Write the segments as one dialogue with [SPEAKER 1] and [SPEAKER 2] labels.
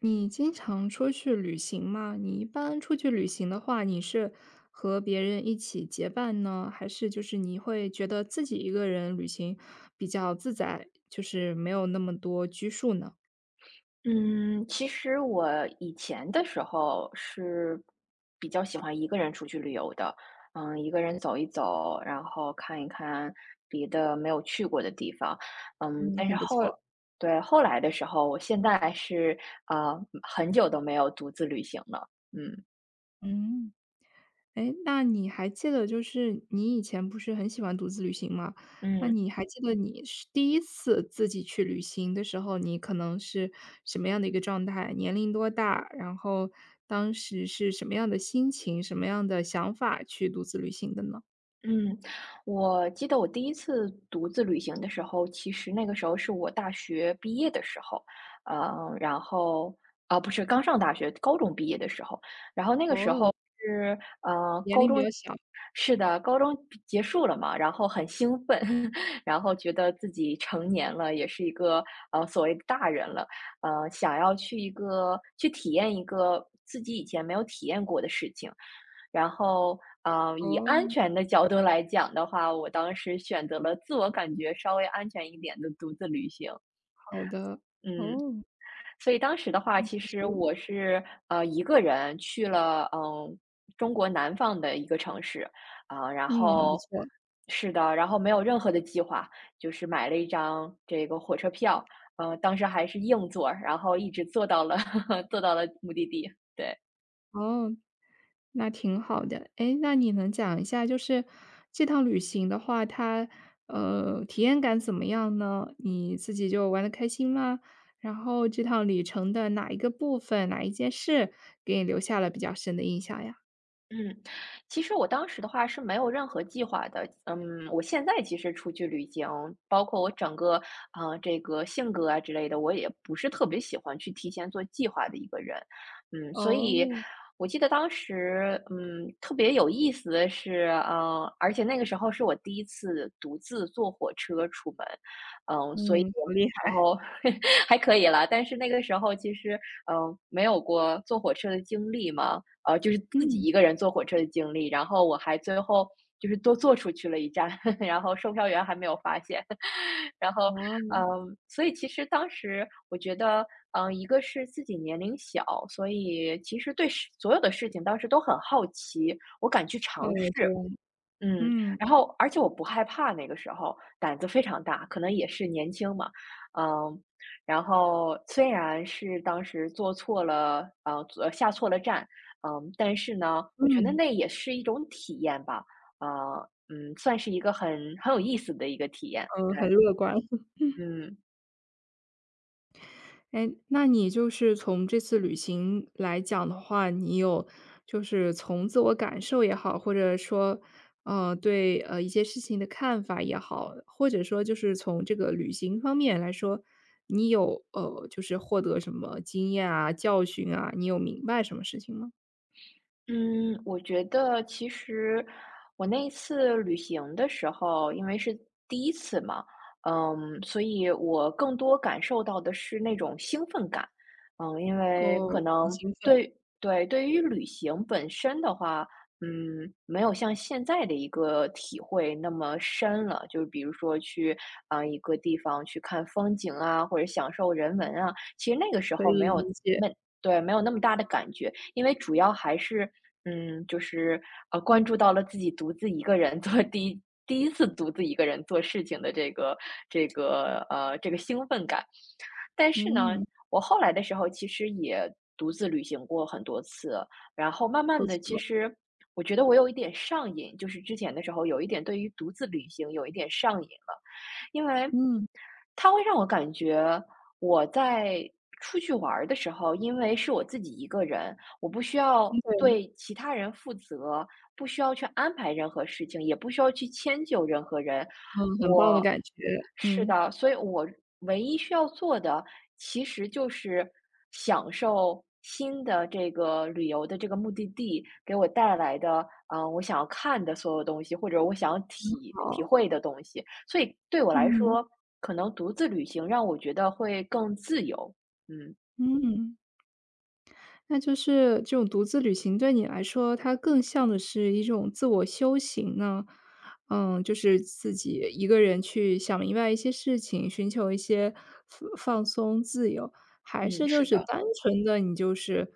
[SPEAKER 1] 你经常出去旅行吗？你一般出去旅行的话，你是和别人一起结伴呢，还是就是你会觉得自己一个人旅行比较自在，就是没有那么多拘束呢？
[SPEAKER 2] 嗯，其实我以前的时候是比较喜欢一个人出去旅游的，嗯，一个人走一走，然后看一看别的没有去过的地方。嗯，
[SPEAKER 1] 嗯，
[SPEAKER 2] 但是
[SPEAKER 1] 很不
[SPEAKER 2] 后，
[SPEAKER 1] 错，
[SPEAKER 2] 对，后来的时候，我现在是呃很久都没有独自旅行了。嗯
[SPEAKER 1] 嗯。哎，那你还记得就是你以前不是很喜欢独自旅行吗？那
[SPEAKER 2] 嗯。
[SPEAKER 1] 你还记得你是第一次自己去旅行的时候，你可能是什么样的一个状态？年龄多大？然后当时是什么样的心情、什么样的想法去独自旅行的呢？
[SPEAKER 2] 嗯，我记得我第一次独自旅行的时候，其实那个时候是我大学毕业的时候，呃，然后啊，不是刚上大学，高中毕业的时候。然后那个时
[SPEAKER 1] 哦，
[SPEAKER 2] 候是呃，
[SPEAKER 1] 年
[SPEAKER 2] 高
[SPEAKER 1] 龄比
[SPEAKER 2] 中，
[SPEAKER 1] 较小。
[SPEAKER 2] 是的，高中结束了嘛，然后很兴奋，然后觉得自己成年了，也是一个所谓的大人了，呃，想要去一个去体验一个自己以前没有体验过的事情。然后呃，以安
[SPEAKER 1] 哦，
[SPEAKER 2] 全的角度来讲的话，我当时选择了自我感觉稍微安全一点的独自旅行。
[SPEAKER 1] 好的。
[SPEAKER 2] 嗯，
[SPEAKER 1] 哦，
[SPEAKER 2] 所以当时的话，其
[SPEAKER 1] 其实
[SPEAKER 2] 实我是一个人去了嗯中国南方的一个城市。啊，然哦
[SPEAKER 1] 嗯，很不
[SPEAKER 2] 后
[SPEAKER 1] 错。
[SPEAKER 2] 是的，然后没有任何的计划，就是买了一张这个火车票。呃，当时还是硬座儿，然后一直坐到了 坐到了目的地。对。
[SPEAKER 1] 哦。那挺好的。哎，那你能讲一下，就是这趟旅行的话，它，体验感怎么样呢？你自己就玩的开心吗？然后这趟旅程的哪一个部分、哪一件事给你留下了比较深的印象呀？
[SPEAKER 2] 嗯，其实我当时的话是没有任何计划的。嗯，我现在其实出去旅行，包括我整个这个性格啊之类的，我也不是特别喜欢去提前做计划的一个人。嗯，所以
[SPEAKER 1] 哦。
[SPEAKER 2] 我记得当时嗯特别有意思的是，而且那个时候是我第一次独自坐火车出门，嗯，所以
[SPEAKER 1] 嗯，
[SPEAKER 2] 我
[SPEAKER 1] 好厉
[SPEAKER 2] 那个时
[SPEAKER 1] 害。
[SPEAKER 2] 候 还可以啦。但是那个时候其实没有过坐火车的经历嘛。呃，就是自己
[SPEAKER 1] 嗯。
[SPEAKER 2] 一个人坐火车的经历，然后我还最后就是多坐出去了一站，然后售票员还没有发现。然后，
[SPEAKER 1] 哇，
[SPEAKER 2] 嗯，所以其实当时我觉得，嗯，一个是自己年龄小，所以其实所有的事情当时都很好奇，我敢去
[SPEAKER 1] 哦，
[SPEAKER 2] 尝
[SPEAKER 1] 这
[SPEAKER 2] 试。
[SPEAKER 1] 样。
[SPEAKER 2] 嗯，
[SPEAKER 1] 嗯，
[SPEAKER 2] 然后而且我不害怕，那个时候胆子非常大，可能也是年轻嘛。嗯，然后虽然是当时坐错了站，嗯，但是呢，我觉得
[SPEAKER 1] 嗯，
[SPEAKER 2] 那也是一种体验吧，呃，嗯，算是一个很有意思的一个体验。
[SPEAKER 1] 很乐观。
[SPEAKER 2] 嗯。
[SPEAKER 1] 哎，那你就是从这次旅行来讲的话，你有就是从自我感受也好，或者说，对,一些事情的看法也好，或者说就是从这个旅行方面来说，你有就是获得什么经验啊、教训啊，你有明白什么事情吗？
[SPEAKER 2] 嗯，我觉得其实我那一次旅行的时候，因为是第一次嘛，嗯，所以我更多感受到的是那种兴奋感。嗯，因为
[SPEAKER 1] 哦，
[SPEAKER 2] 可
[SPEAKER 1] 很
[SPEAKER 2] 能
[SPEAKER 1] 兴奋，
[SPEAKER 2] 对于旅行本身的话，嗯，没有像现在的一个体会那么深了，就是比如说去一个地方去看风景啊，或者享受人文啊，其实那个时
[SPEAKER 1] 可
[SPEAKER 2] 候没
[SPEAKER 1] 以
[SPEAKER 2] 有
[SPEAKER 1] 理解，
[SPEAKER 2] 那。对，没有那么大的感觉。因为主要还是嗯，就是关注到了自己独自一个人做第一第一次独自一个人做事情的这个兴奋感。但是呢，
[SPEAKER 1] 嗯，
[SPEAKER 2] 我后来的时候其实也独自旅行过很多次，然后慢慢
[SPEAKER 1] 不
[SPEAKER 2] 的，其
[SPEAKER 1] 错，
[SPEAKER 2] 实我觉得我有一点上瘾，就是之前的时候有一点对于独自旅行有一点上瘾了。因为
[SPEAKER 1] 嗯，
[SPEAKER 2] 它会让我感觉我在出去玩儿的时候，因为是我自己一个人，我不需要
[SPEAKER 1] 对，
[SPEAKER 2] 对其他人负责，不需要去安排任何事情，也不需要去迁就任何人。
[SPEAKER 1] 嗯，很棒的
[SPEAKER 2] 我
[SPEAKER 1] 感觉，
[SPEAKER 2] 是
[SPEAKER 1] 嗯，
[SPEAKER 2] 的，所以我唯一需要做的，其实就是享受新的这个旅游的这个目的地给我带来的，嗯，我想要看的所有东西，或者我想要体体
[SPEAKER 1] 好，
[SPEAKER 2] 会的东西。所以对我来
[SPEAKER 1] 嗯
[SPEAKER 2] 说，可能独自旅行让我觉得会更自由。嗯
[SPEAKER 1] 嗯。那就是这种独自旅行对你来说，它更像的是一种自我修行呢？嗯，就是自己一个人去想明白一些事情，寻求一些放松、自由，还
[SPEAKER 2] 嗯，
[SPEAKER 1] 是就
[SPEAKER 2] 是
[SPEAKER 1] 是
[SPEAKER 2] 的。
[SPEAKER 1] 单纯的你就是，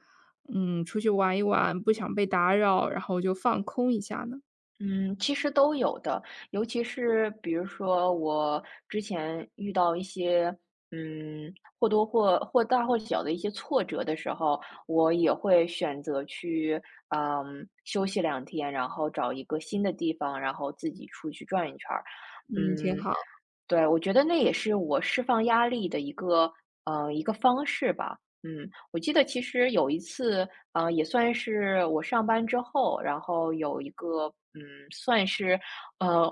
[SPEAKER 1] 嗯，出去玩一玩，不想被打扰，然后就放空一下呢？
[SPEAKER 2] 嗯，其实都有的，尤其是比如说我之前遇到一些嗯，或大或小的一些挫折的时候，我也会选择去嗯，休息两天，然后找一个新的地方，然后自己出去转一圈儿。
[SPEAKER 1] 嗯，挺
[SPEAKER 2] 嗯，
[SPEAKER 1] 好，
[SPEAKER 2] 对，我觉得那也是我释放压力的一个呃，一个方式吧。嗯，我记得其实有一次，呃，也算是我上班之后，然后有一个，嗯，算是，呃，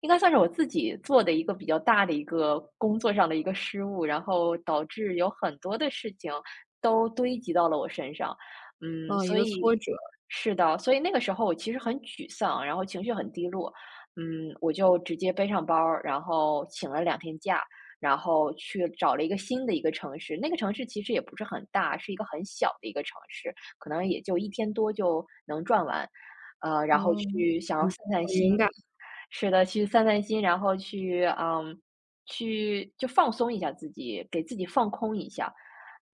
[SPEAKER 2] 应该算是我自己做的一个比较大的一个工作上的一个失误，然后导致有很多的事情都堆积到了我身上。嗯，
[SPEAKER 1] 啊，一
[SPEAKER 2] 所
[SPEAKER 1] 个
[SPEAKER 2] 以
[SPEAKER 1] 挫折，
[SPEAKER 2] 是的，所以那个时候我其实很沮丧，然后情绪很低落。嗯，我就直接背上包儿，然后请了两天假，然后去找了一个新的一个城市。那个城市其实也不是很大，是一个很小的一个城市。可能也就一天多就能赚完，呃，然后
[SPEAKER 1] 嗯，
[SPEAKER 2] 去想
[SPEAKER 1] 很
[SPEAKER 2] 要散散
[SPEAKER 1] 很
[SPEAKER 2] 心。
[SPEAKER 1] 勇敢，
[SPEAKER 2] 是的，去散散心，然后去嗯，去就放松一下自己，给自己放空一下。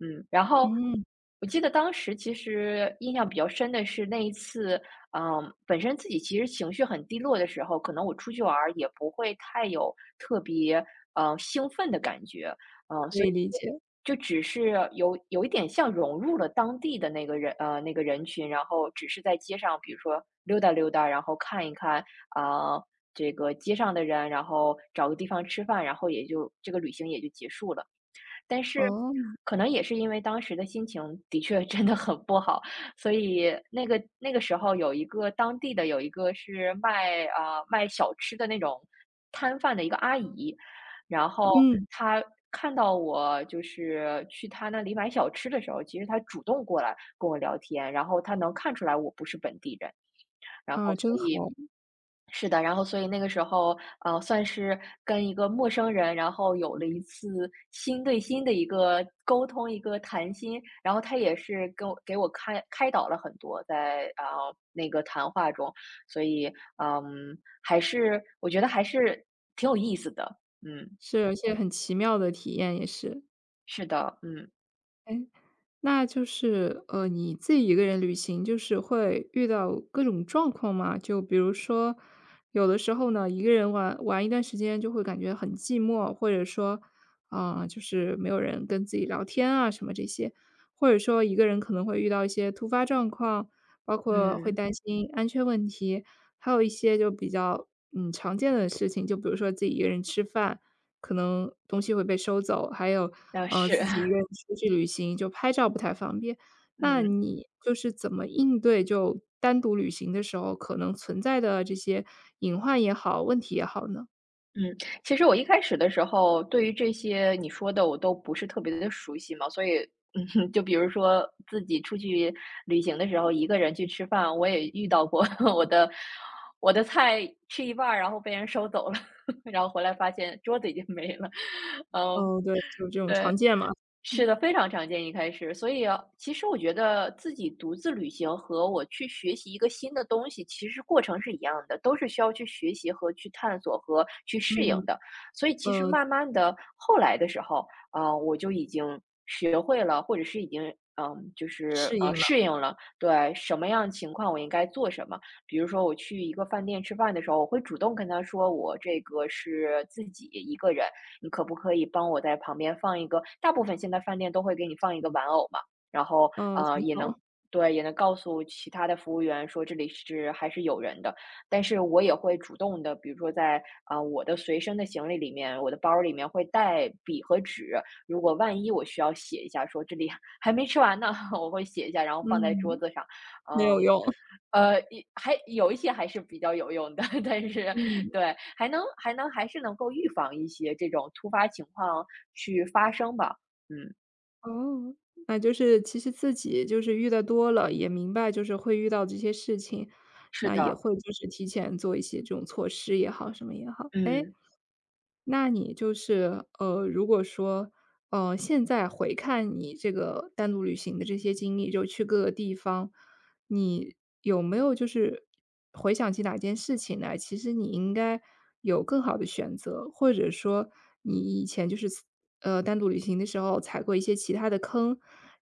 [SPEAKER 2] 嗯，然后
[SPEAKER 1] 嗯，
[SPEAKER 2] 我记得当时其实印象比较深的是那一次，嗯，本身自己其实情绪很低落的时候，可能我出去玩儿也不会太有特别嗯兴奋的感觉。嗯，
[SPEAKER 1] 可
[SPEAKER 2] 所以
[SPEAKER 1] 以理解，
[SPEAKER 2] 就只是有一点像融入了当地的那个人呃那个人群，然后只是在街上，比如说溜达溜达，然后看一看啊、这个街上的人，然后找个地方吃饭，然后也就这个旅行也就结束了。但是
[SPEAKER 1] 哦，
[SPEAKER 2] 可能也是因为当时的心情的确 真的很不好，所以那个时候有一个当地的有一个是卖卖小吃的那种摊贩的一个阿姨，然后
[SPEAKER 1] 嗯，
[SPEAKER 2] 她看到我就是去她那里买小吃的时候，其实她主动过来跟我聊天，然后她能看出来我不是本地人。然
[SPEAKER 1] 啊，
[SPEAKER 2] 后所
[SPEAKER 1] 真好，
[SPEAKER 2] 以是的，然后所以那个时候，呃，算是跟一个陌生人，然后有了一次心对心的一个沟通，一个谈心，然后他也是给我开导了很多在呃那个谈话中。所以嗯，还是我觉得还是挺有意思的。嗯，
[SPEAKER 1] 是，而且很奇妙的体验也是。
[SPEAKER 2] 是的。嗯
[SPEAKER 1] 诶，那就是，你自己一个人旅行，就是会遇到各种状况吗？就比如说，有的时候呢，一个人玩玩一段时间就会感觉很寂寞，或者说，啊、就是没有人跟自己聊天啊，什么这些，或者说一个人可能会遇到一些突发状况，包括会
[SPEAKER 2] 嗯，
[SPEAKER 1] 担心安全问题，还有一些就比较常见的事情，就比如说自己一个人吃饭。可能东西会被收走，还有，
[SPEAKER 2] 那是，
[SPEAKER 1] 自己一个 人出去旅行，就拍照不太方便。那
[SPEAKER 2] 嗯。
[SPEAKER 1] 你就是怎么应对就单独旅行的时候可能存在的这些隐患也好，问题也好呢？
[SPEAKER 2] 嗯，其实我一开始的时候，对于这些你说的我都不是特别的熟悉嘛，所以嗯哼，就比如说自己出去旅行的时候，一个人去吃饭，我也遇到过 我的我的菜吃一半儿，然后被人收走了，然后回来发现桌子已经没了。嗯，
[SPEAKER 1] 哦，对，就是这种
[SPEAKER 2] 对。
[SPEAKER 1] 常见嘛。
[SPEAKER 2] 是
[SPEAKER 1] 嗯，
[SPEAKER 2] 的，非常常见一开始。所以啊其实我觉得自己独自旅行和我去学习一个新的东西，其实过程是一样的，都是需要去学习和去探索和去适应
[SPEAKER 1] 嗯，
[SPEAKER 2] 的。所以其实
[SPEAKER 1] 呃，
[SPEAKER 2] 慢慢的后来的时候，啊，我就已经学会了，或者是已经嗯，就是，
[SPEAKER 1] 适
[SPEAKER 2] 呃，
[SPEAKER 1] 应了，
[SPEAKER 2] 适应了。对，什么样情况我应该做什么。比如说我去一个饭店吃饭的时候，我会主动跟他说我这个是自己一个人，你可不可以帮我在旁边放一个，大部分现在饭店都会给你放一个玩偶嘛。然后，
[SPEAKER 1] 嗯，
[SPEAKER 2] 呃，
[SPEAKER 1] 挺
[SPEAKER 2] 也能
[SPEAKER 1] 好，
[SPEAKER 2] 对，也能告诉其他的服务员说这里是还是有人的。但是我也会主动的，比如说在啊，呃我的随身的行李里面，我的包里面会带笔和纸，如果万一我需要写一下说这里 还没吃完呢，我会写一下，然后放在桌
[SPEAKER 1] 嗯，
[SPEAKER 2] 子上。
[SPEAKER 1] 很
[SPEAKER 2] 嗯，
[SPEAKER 1] 有用，
[SPEAKER 2] 还有一些还是比较有用的，但是
[SPEAKER 1] 嗯。
[SPEAKER 2] 对，还能还能还是能够预防一些这种突发情况去发生吧。嗯，
[SPEAKER 1] 哦，那就是其实自己就是遇得多了，也明白就是会遇到这些事情，
[SPEAKER 2] 是
[SPEAKER 1] 那也
[SPEAKER 2] 的，
[SPEAKER 1] 会就是提前做一些这种措施也好，什么也好。哎，
[SPEAKER 2] 嗯，
[SPEAKER 1] 那你就是如果说，现在回看你这个单独旅行的这些经历，就去各个地方你有没有就是回想起哪件事情来，其实你应该有更好的选择，或者说你以前就是单独旅行的时候踩过一些其他的坑，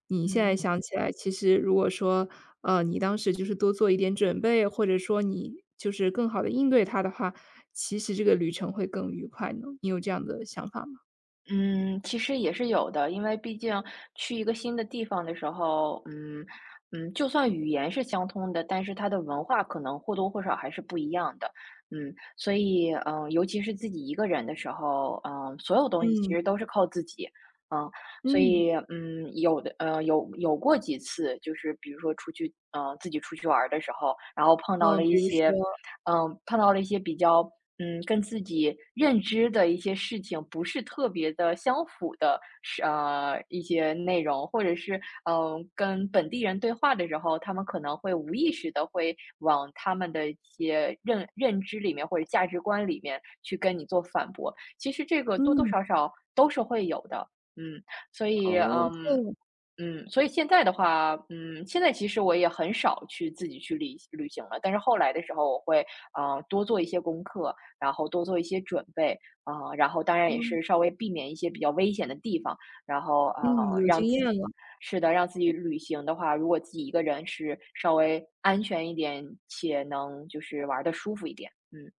[SPEAKER 1] 你现在
[SPEAKER 2] 嗯。
[SPEAKER 1] 想起来，其实如果说你当时就是多做一点准备，或者说你就是更好的应对它的话，其实这个旅程会更愉快呢？你有这样的想法吗？
[SPEAKER 2] 嗯，其实也是有的，因为毕竟去一个新的地方的时候，嗯，就算语言是相通的，但是它的文化可能或多或少还是不一样的。嗯，所以嗯，尤其是自己一个人的时候，嗯，所有东西其
[SPEAKER 1] 嗯
[SPEAKER 2] 实都是靠自己。嗯，所
[SPEAKER 1] 嗯
[SPEAKER 2] 以嗯，有过几次，就是比如说出去，嗯自己出去玩儿的时候，然后碰到
[SPEAKER 1] 嗯，
[SPEAKER 2] 了
[SPEAKER 1] 比
[SPEAKER 2] 一
[SPEAKER 1] 如
[SPEAKER 2] 些
[SPEAKER 1] 说
[SPEAKER 2] 嗯，碰到了一些比较嗯跟自己认知的一些事情不是特别的相符的是一些内容，或者是嗯、跟本地人对话的时候，他们可能会无意识的会往他们的一些认知里面或者价值观里面去跟你做反驳。其实这个多多
[SPEAKER 1] 嗯
[SPEAKER 2] 少少都是会有的，嗯，所以
[SPEAKER 1] 哦这
[SPEAKER 2] 嗯。
[SPEAKER 1] 样，
[SPEAKER 2] 嗯，所以现在的话，嗯，现在其实我也很少去自己去旅行了，但是后来的时候，我会多做一些功课，然后多做一些准备，啊、然后当然也是稍微避免一些比较危险的地方，然后
[SPEAKER 1] 嗯有经
[SPEAKER 2] 让自
[SPEAKER 1] 验
[SPEAKER 2] 己
[SPEAKER 1] 了。
[SPEAKER 2] 是的，让自己旅行的话，如果自己一个人是稍微安全一点，且能就是玩的舒服一点，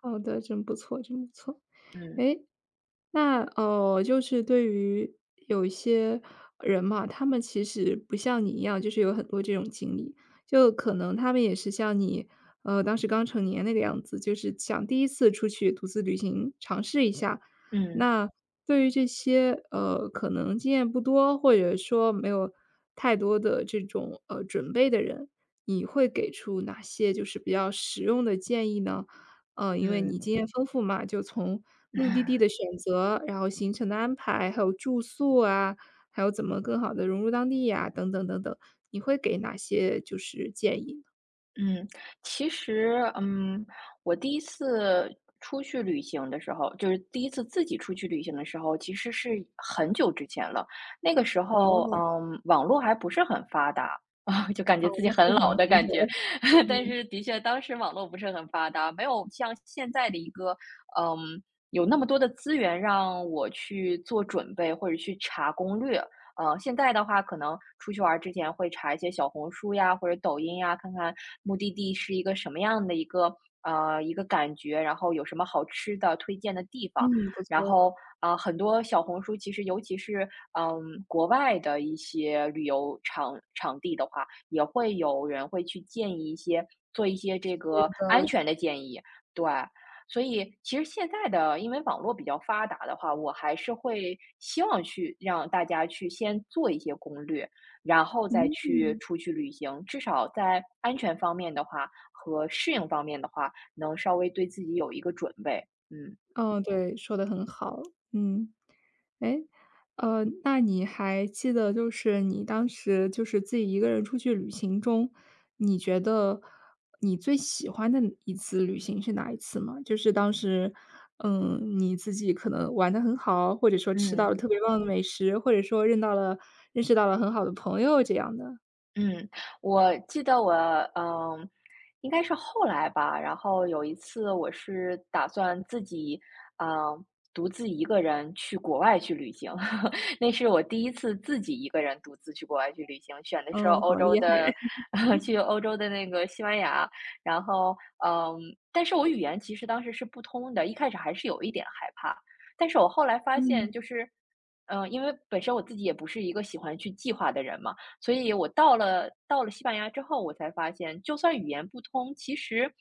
[SPEAKER 1] 好的，真不错，真不错。
[SPEAKER 2] 嗯
[SPEAKER 1] 诶，那就是对于有一些人嘛，他们其实不像你一样，就是有很多这种经历，就可能他们也是像你，当时刚成年那个样子，就是想第一次出去独自旅行尝试一下。
[SPEAKER 2] 嗯
[SPEAKER 1] 那对于这些可能经验不多，或者说没有太多的这种准备的人，你会给出哪些就是比较实用的建议呢？嗯，因为你
[SPEAKER 2] 嗯。
[SPEAKER 1] 经验丰富嘛，就从目的地的选择，然后行程的安排，还有住宿啊，还有怎么更好的融入当地呀，等等等等，你会给哪些就是建议呢？
[SPEAKER 2] 嗯，其实，嗯，我第一次出去旅行的时候，就是第一次自己出去旅行的时候，其实是很久之前了。那个时候，
[SPEAKER 1] 哦，
[SPEAKER 2] 嗯，网络还不是很发达啊，就感
[SPEAKER 1] 哦，
[SPEAKER 2] 觉自己
[SPEAKER 1] 那是
[SPEAKER 2] 很老
[SPEAKER 1] 了
[SPEAKER 2] 的
[SPEAKER 1] 很
[SPEAKER 2] 感觉。
[SPEAKER 1] 久，
[SPEAKER 2] 但
[SPEAKER 1] 嗯，
[SPEAKER 2] 是的确，当时网络不是很发达，没有像现在的一个，嗯，有那么多的资源让我去做准备或者去查攻略。现在的话可能出去玩儿之前会查一些小红书呀，或者抖音呀，看看目的地是一个什么样的一个一个感觉，然后有什么好吃的推荐的地方。
[SPEAKER 1] 嗯，不
[SPEAKER 2] 然
[SPEAKER 1] 错，
[SPEAKER 2] 后，很多小红书其实尤其是，嗯，国外的一些旅游场地的话，也会有人会去建议一些做一些这个安
[SPEAKER 1] 嗯。
[SPEAKER 2] 全的建议，对。所以其实现在的，因为网络比较发达的话，我还是会希望去让大家去先做一些攻略，然后再去出去旅行。至少在安全方面的话和适应方面的话，能稍微对自己有一个准备。嗯。
[SPEAKER 1] 嗯，对，说的很好，嗯。诶，那你还记得就是你当时就是自己一个人出去旅行中，你觉得你最喜欢的一次旅行是哪一次吗？就是当时，嗯，你自己可能玩的很好，或者说吃到了
[SPEAKER 2] 嗯。
[SPEAKER 1] 特别棒的美食，或者说认识到了很好的朋友这样的。
[SPEAKER 2] 嗯，我记得我嗯，应该是后来吧。然后有一次，我是打算自己，嗯，独自一个人去国外去旅行。那是我第一次自己一个人独自去国外去旅行，选的是
[SPEAKER 1] 嗯，好
[SPEAKER 2] 欧洲
[SPEAKER 1] 厉害，
[SPEAKER 2] 的，去欧洲的那个西班牙。然后，嗯，但是我语言其实当时是不通的，一开始还是有一点害怕。但是我后来发
[SPEAKER 1] 嗯，
[SPEAKER 2] 现，就是，嗯，因为本身我自己也不是一个喜欢去计划的人嘛。所以我到了西班牙之后，我才发现，就算语言不通，其实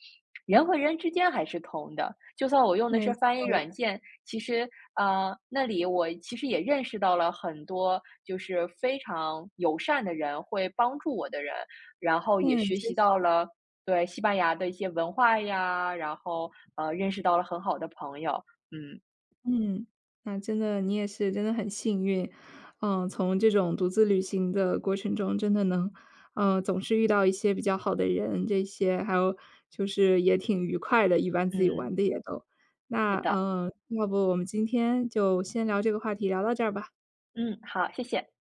[SPEAKER 2] 人和人之间还是通的。就算我用的
[SPEAKER 1] 对，
[SPEAKER 2] 是翻译软件，其实那里我其实也认识到了很多就是非常友善的人，会帮助我的人，然后也
[SPEAKER 1] 嗯，
[SPEAKER 2] 学
[SPEAKER 1] 谢
[SPEAKER 2] 习到
[SPEAKER 1] 谢。
[SPEAKER 2] 了对西班牙的一些文化呀，然后认识到了很好的朋友。嗯
[SPEAKER 1] 嗯，那真的你也是真的很幸运，嗯，从这种独自旅行的过程中，真的能，总是遇到一些比较好的人，这些还有就是也挺愉快的，一般自己
[SPEAKER 2] 嗯，
[SPEAKER 1] 玩的也都。那，
[SPEAKER 2] 是的，
[SPEAKER 1] 嗯，要不我们今天就先聊这个话题，聊到这儿吧。
[SPEAKER 2] 嗯，好，谢谢。